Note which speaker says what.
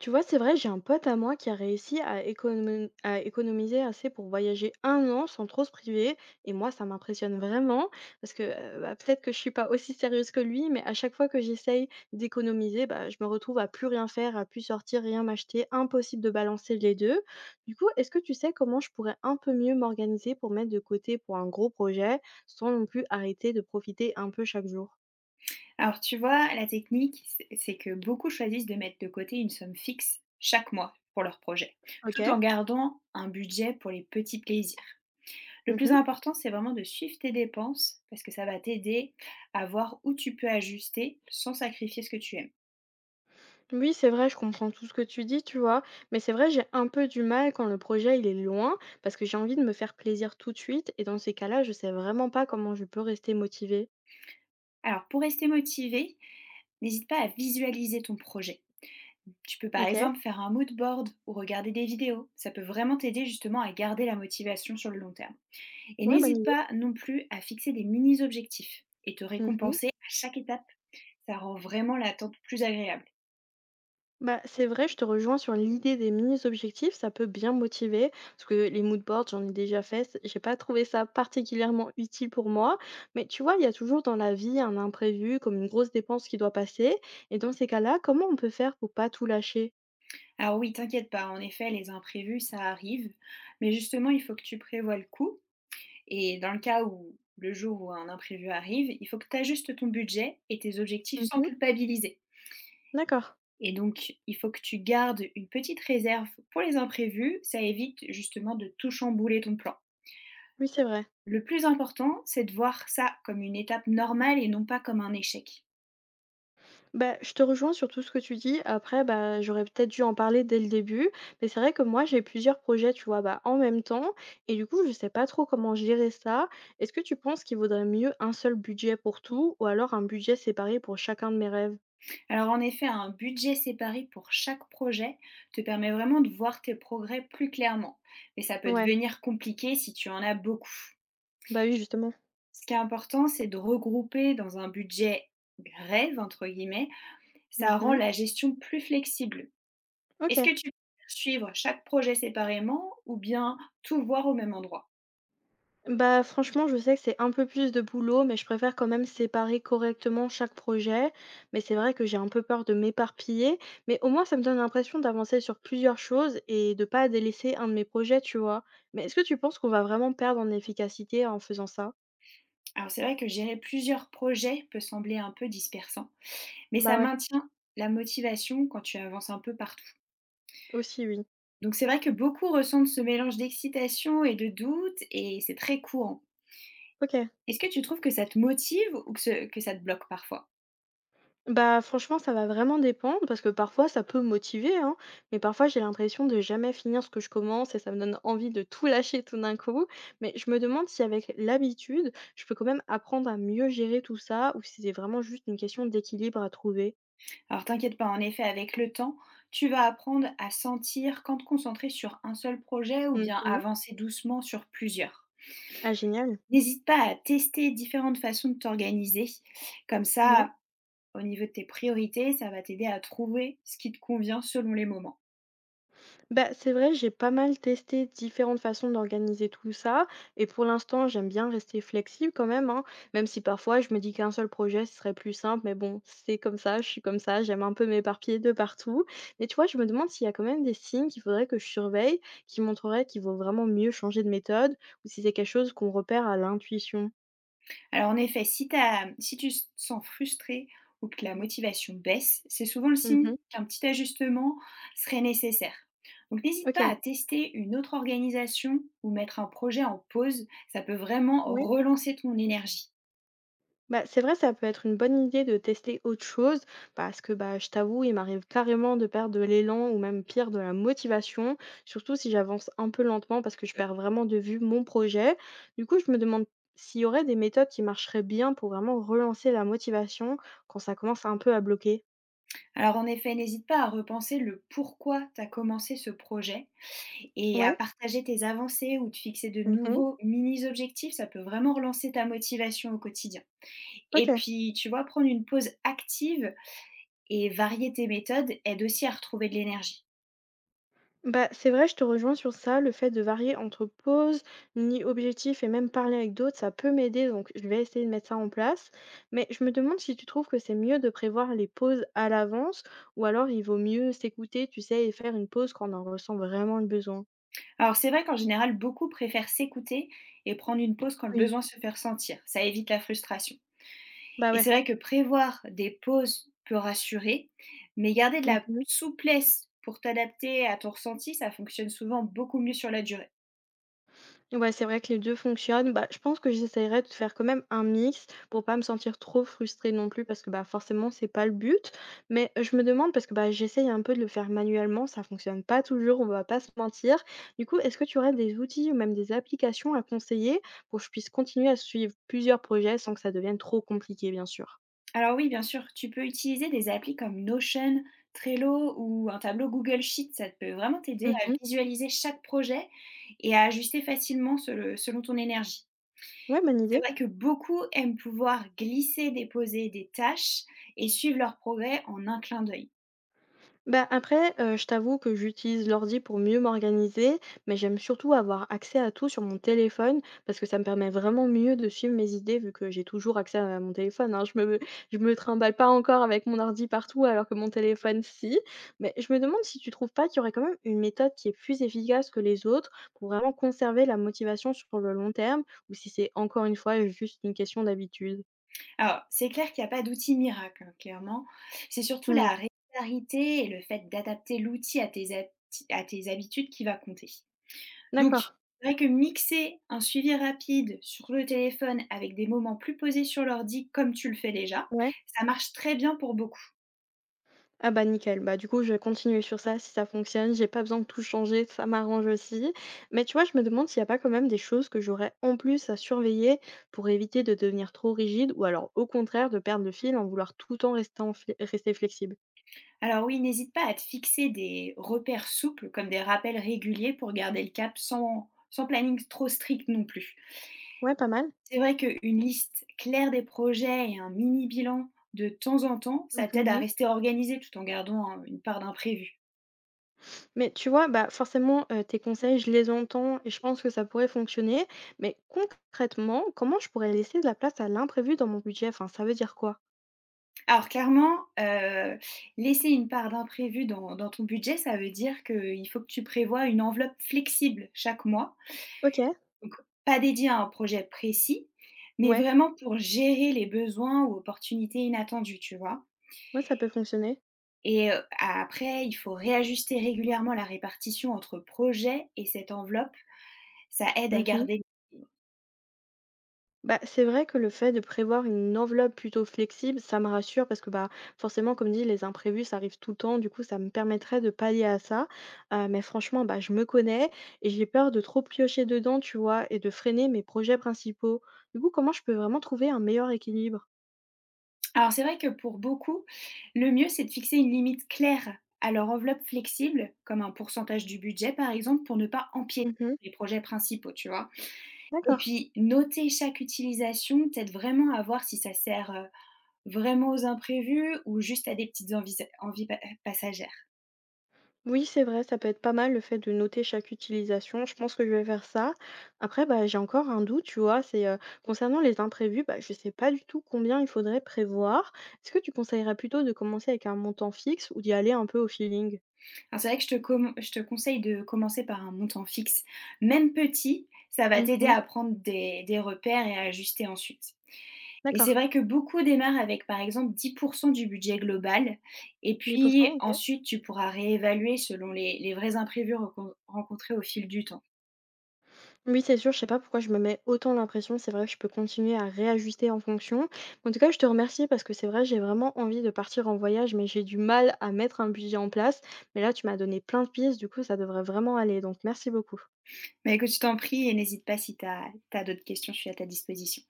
Speaker 1: Tu vois, c'est vrai, j'ai un pote à moi qui a réussi à économiser assez pour voyager un an sans trop se priver. Et moi, ça m'impressionne vraiment parce que bah, peut-être que je suis pas aussi sérieuse que lui, mais à chaque fois que j'essaye d'économiser, bah, je me retrouve à plus rien faire, à plus sortir, rien m'acheter. Impossible de balancer les deux. Du coup, est-ce que tu sais comment je pourrais un peu mieux m'organiser pour mettre de côté pour un gros projet sans non plus arrêter de profiter un peu chaque jour?
Speaker 2: Alors tu vois, la technique, c'est que beaucoup choisissent de mettre de côté une somme fixe chaque mois pour leur projet,
Speaker 1: Ok.
Speaker 2: tout en gardant un budget pour les petits plaisirs. Le plus important, c'est vraiment de suivre tes dépenses parce que ça va t'aider à voir où tu peux ajuster sans sacrifier ce que tu aimes.
Speaker 1: Oui, c'est vrai, je comprends tout ce que tu dis, tu vois. Mais c'est vrai, j'ai un peu du mal quand le projet il est loin, parce que j'ai envie de me faire plaisir tout de suite. Et dans ces cas-là, je sais vraiment pas comment je peux rester motivée.
Speaker 2: Alors pour rester motivé, n'hésite pas à visualiser ton projet. Tu peux par
Speaker 1: Ok,
Speaker 2: exemple faire un mood board ou regarder des vidéos. Ça peut vraiment t'aider justement à garder la motivation sur le long terme. Et
Speaker 1: ouais, bonne
Speaker 2: n'hésite
Speaker 1: idée.
Speaker 2: pas non plus à fixer des mini-objectifs et te
Speaker 1: Mhm.
Speaker 2: récompenser à chaque étape. Ça rend vraiment l'attente plus agréable.
Speaker 1: Bah, c'est vrai, je te rejoins sur l'idée des mini-objectifs, ça peut bien motiver, parce que les mood boards, j'en ai déjà fait, j'ai pas trouvé ça particulièrement utile pour moi, mais tu vois, il y a toujours dans la vie un imprévu, comme une grosse dépense qui doit passer, et dans ces cas-là, comment on peut faire pour pas tout lâcher?
Speaker 2: Alors oui, t'inquiète pas, en effet, les imprévus, ça arrive. Mais justement, il faut que tu prévoies le coup. Et dans le cas où le jour où un imprévu arrive, il faut que tu ajustes ton budget et tes objectifs sans
Speaker 1: Mhm.
Speaker 2: culpabiliser.
Speaker 1: D'accord,
Speaker 2: Et donc, il faut que tu gardes une petite réserve pour les imprévus. Ça évite justement de tout chambouler ton plan.
Speaker 1: oui, c'est vrai.
Speaker 2: Le plus important, c'est de voir ça comme une étape normale et non pas comme un échec.
Speaker 1: Bah, je te rejoins sur tout ce que tu dis. Après, bah, j'aurais peut-être dû en parler dès le début. Mais c'est vrai que moi, j'ai plusieurs projets, tu vois, bah, en même temps. Et du coup, je sais pas trop comment gérer ça. Est-ce que tu penses qu'il vaudrait mieux un seul budget pour tout ou alors un budget séparé pour chacun de mes rêves?
Speaker 2: Alors en effet, un budget séparé pour chaque projet te permet vraiment de voir tes progrès plus clairement. Mais ça peut
Speaker 1: Ouais,
Speaker 2: devenir compliqué si tu en as beaucoup.
Speaker 1: bah oui, justement.
Speaker 2: Ce qui est important, c'est de regrouper dans un budget «rêve», entre guillemets. Ça rend
Speaker 1: Mhm.
Speaker 2: la gestion plus flexible.
Speaker 1: Ok.
Speaker 2: Est-ce que tu préfères suivre chaque projet séparément ou bien tout voir au même endroit?
Speaker 1: Bah, franchement, je sais que c'est un peu plus de boulot, mais je préfère quand même séparer correctement chaque projet. Mais c'est vrai que j'ai un peu peur de m'éparpiller, mais au moins ça me donne l'impression d'avancer sur plusieurs choses et de pas délaisser un de mes projets, tu vois. Mais est-ce que tu penses qu'on va vraiment perdre en efficacité en faisant ça?
Speaker 2: Alors c'est vrai que gérer plusieurs projets peut sembler un peu dispersant, mais
Speaker 1: Bah
Speaker 2: ça
Speaker 1: ouais,
Speaker 2: maintient la motivation quand tu avances un peu partout.
Speaker 1: aussi oui.
Speaker 2: Donc c'est vrai que beaucoup ressentent ce mélange d'excitation et de doute et c'est très courant.
Speaker 1: Ok.
Speaker 2: Est-ce que tu trouves que ça te motive ou que, que ça te bloque parfois?
Speaker 1: Bah, franchement, ça va vraiment dépendre parce que parfois ça peut me motiver, hein, mais parfois j'ai l'impression de jamais finir ce que je commence et ça me donne envie de tout lâcher tout d'un coup. Mais je me demande si avec l'habitude, je peux quand même apprendre à mieux gérer tout ça ou si c'est vraiment juste une question d'équilibre à trouver.
Speaker 2: Alors t'inquiète pas, en effet, avec le temps, tu vas apprendre à sentir quand te concentrer sur un seul projet ou bien
Speaker 1: Mhm.
Speaker 2: avancer doucement sur plusieurs.
Speaker 1: Ah, génial.
Speaker 2: N'hésite pas à tester différentes façons de t'organiser. Comme
Speaker 1: Ouais.
Speaker 2: ça, au niveau de tes priorités, ça va t'aider à trouver ce qui te convient selon les moments.
Speaker 1: Bah, c'est vrai, j'ai pas mal testé différentes façons d'organiser tout ça. Et pour l'instant, j'aime bien rester flexible quand même, hein, même si parfois je me dis qu'un seul projet, ce serait plus simple. Mais bon, c'est comme ça, je suis comme ça, j'aime un peu m'éparpiller de partout. Mais tu vois, je me demande s'il y a quand même des signes qu'il faudrait que je surveille, qui montreraient qu'il vaut vraiment mieux changer de méthode, ou si c'est quelque chose qu'on repère à l'intuition.
Speaker 2: Alors en effet, si, si tu te sens frustré ou que la motivation baisse, c'est souvent le signe
Speaker 1: Mhm.
Speaker 2: qu'un petit ajustement serait nécessaire. Donc n'hésite
Speaker 1: Ok.
Speaker 2: pas à tester une autre organisation ou mettre un projet en pause. Ça peut vraiment
Speaker 1: Ouais.
Speaker 2: relancer ton énergie.
Speaker 1: Bah, c'est vrai, ça peut être une bonne idée de tester autre chose parce que bah, je t'avoue, il m'arrive carrément de perdre de l'élan ou même pire de la motivation, surtout si j'avance un peu lentement parce que je perds vraiment de vue mon projet. Du coup, je me demande s'il y aurait des méthodes qui marcheraient bien pour vraiment relancer la motivation quand ça commence un peu à bloquer.
Speaker 2: Alors en effet, n'hésite pas à repenser le pourquoi tu as commencé ce projet. Et à
Speaker 1: Ouais.
Speaker 2: partager tes avancées ou te fixer de
Speaker 1: Mhm.
Speaker 2: nouveaux mini objectifs, ça peut vraiment relancer ta motivation au quotidien.
Speaker 1: Ok.
Speaker 2: Et puis, tu vois, prendre une pause active et varier tes méthodes aide aussi à retrouver de l'énergie.
Speaker 1: Bah, c'est vrai, je te rejoins sur ça. Le fait de varier entre pause, ni objectif et même parler avec d'autres, ça peut m'aider. Donc, je vais essayer de mettre ça en place. Mais je me demande si tu trouves que c'est mieux de prévoir les pauses à l'avance ou alors il vaut mieux s'écouter, tu sais, et faire une pause quand on en ressent vraiment le besoin.
Speaker 2: Alors, c'est vrai qu'en général, beaucoup préfèrent s'écouter et prendre une pause quand le
Speaker 1: Oui,
Speaker 2: besoin se fait ressentir. Ça évite la frustration.
Speaker 1: bah
Speaker 2: Et
Speaker 1: ouais.
Speaker 2: c'est vrai que prévoir des pauses peut rassurer, mais garder de la
Speaker 1: Mhm.
Speaker 2: souplesse pour t'adapter à ton ressenti, ça fonctionne souvent beaucoup mieux sur la durée.
Speaker 1: Ouais, c'est vrai que les 2 fonctionnent. Bah, je pense que j'essaierai de faire quand même un mix pour pas me sentir trop frustrée non plus parce que, bah, forcément, c'est pas le but. Mais je me demande parce que, bah, j'essaye un peu de le faire manuellement, ça fonctionne pas toujours, on va pas se mentir. Du coup, est-ce que tu aurais des outils ou même des applications à conseiller pour que je puisse continuer à suivre plusieurs projets sans que ça devienne trop compliqué, bien sûr?
Speaker 2: Alors oui, bien sûr, tu peux utiliser des applis comme Notion, Trello ou un tableau Google Sheet. Ça peut vraiment t'aider à
Speaker 1: Mmh.
Speaker 2: visualiser chaque projet et à ajuster facilement selon ton énergie.
Speaker 1: Ouais, bonne
Speaker 2: C'est
Speaker 1: idée.
Speaker 2: vrai que beaucoup aiment pouvoir glisser, déposer des tâches et suivre leur progrès en un clin d'œil.
Speaker 1: Bah, après, je t'avoue que j'utilise l'ordi pour mieux m'organiser, mais j'aime surtout avoir accès à tout sur mon téléphone parce que ça me permet vraiment mieux de suivre mes idées vu que j'ai toujours accès à mon téléphone, hein. Je me trimballe pas encore avec mon ordi partout alors que mon téléphone, si. Mais je me demande si tu trouves pas qu'il y aurait quand même une méthode qui est plus efficace que les autres pour vraiment conserver la motivation sur le long terme ou si c'est encore une fois juste une question d'habitude?
Speaker 2: Alors, c'est clair qu'il n'y a pas d'outil miracle, hein, clairement. C'est surtout
Speaker 1: Mmh.
Speaker 2: la régularité et le fait d'adapter l'outil à tes habitudes qui va compter. Donc, c'est
Speaker 1: D'accord.
Speaker 2: vrai que mixer un suivi rapide sur le téléphone avec des moments plus posés sur l'ordi, comme tu le fais déjà,
Speaker 1: Ouais.
Speaker 2: ça marche très bien pour beaucoup.
Speaker 1: Ah bah nickel, bah du coup je vais continuer sur ça si ça fonctionne, j'ai pas besoin de tout changer, ça m'arrange aussi. Mais tu vois, je me demande s'il y a pas quand même des choses que j'aurais en plus à surveiller pour éviter de devenir trop rigide ou alors au contraire de perdre le fil en vouloir tout le temps rester, rester flexible.
Speaker 2: Alors oui, n'hésite pas à te fixer des repères souples, comme des rappels réguliers pour garder le cap sans planning trop strict non plus.
Speaker 1: Ouais, pas mal.
Speaker 2: C'est vrai qu'une liste claire des projets et un mini bilan de temps en temps,
Speaker 1: Mhm,
Speaker 2: ça t'aide à
Speaker 1: mhm.
Speaker 2: rester organisé tout en gardant hein, une part d'imprévu.
Speaker 1: Mais tu vois, bah forcément, tes conseils, je les entends et je pense que ça pourrait fonctionner. Mais concrètement, comment je pourrais laisser de la place à l'imprévu dans mon budget? Enfin, ça veut dire quoi?
Speaker 2: Alors clairement, laisser une part d'imprévu dans ton budget, ça veut dire qu'il faut que tu prévois une enveloppe flexible chaque mois,
Speaker 1: Ok.
Speaker 2: donc pas dédiée à un projet précis, mais
Speaker 1: Ouais,
Speaker 2: vraiment pour gérer les besoins ou opportunités inattendues, tu vois?
Speaker 1: ouais, ça peut fonctionner.
Speaker 2: Et après, il faut réajuster régulièrement la répartition entre projets et cette enveloppe. Ça aide à
Speaker 1: Mhm.
Speaker 2: garder.
Speaker 1: Bah, c'est vrai que le fait de prévoir une enveloppe plutôt flexible, ça me rassure parce que bah forcément, comme dit, les imprévus, ça arrive tout le temps. Du coup, ça me permettrait de pallier à ça. Mais franchement, bah, je me connais et j'ai peur de trop piocher dedans, tu vois, et de freiner mes projets principaux. Du coup, comment je peux vraiment trouver un meilleur équilibre?
Speaker 2: Alors c'est vrai que pour beaucoup, le mieux c'est de fixer une limite claire à leur enveloppe flexible, comme un pourcentage du budget par exemple, pour ne pas empiéter
Speaker 1: Mhm.
Speaker 2: sur les projets principaux, tu vois? Et
Speaker 1: D'accord.
Speaker 2: puis noter chaque utilisation t'aide vraiment à voir si ça sert, vraiment aux imprévus ou juste à des petites envies pa passagères.
Speaker 1: Oui, c'est vrai, ça peut être pas mal le fait de noter chaque utilisation. Je pense que je vais faire ça. Après, bah, j'ai encore un doute, tu vois, c'est concernant les imprévus, bah, je sais pas du tout combien il faudrait prévoir. Est-ce que tu conseillerais plutôt de commencer avec un montant fixe ou d'y aller un peu au feeling?
Speaker 2: Alors c'est vrai que je te conseille de commencer par un montant fixe, même petit, ça va t'aider
Speaker 1: Mhm.
Speaker 2: à prendre des repères et à ajuster ensuite. Et c'est
Speaker 1: D'accord,
Speaker 2: vrai que beaucoup démarrent avec, par exemple, 10% du budget global et
Speaker 1: 10%,
Speaker 2: puis
Speaker 1: ok.
Speaker 2: ensuite tu pourras réévaluer selon les vrais imprévus recon rencontrés au fil du temps.
Speaker 1: Oui, c'est sûr, je sais pas pourquoi je me mets autant l'impression. C'est vrai que je peux continuer à réajuster en fonction. En tout cas, je te remercie parce que c'est vrai, j'ai vraiment envie de partir en voyage, mais j'ai du mal à mettre un budget en place. Mais là, tu m'as donné plein de pistes, du coup, ça devrait vraiment aller. Donc, merci beaucoup.
Speaker 2: Mais écoute, je t'en prie et n'hésite pas si tu as d'autres questions, je suis à ta disposition.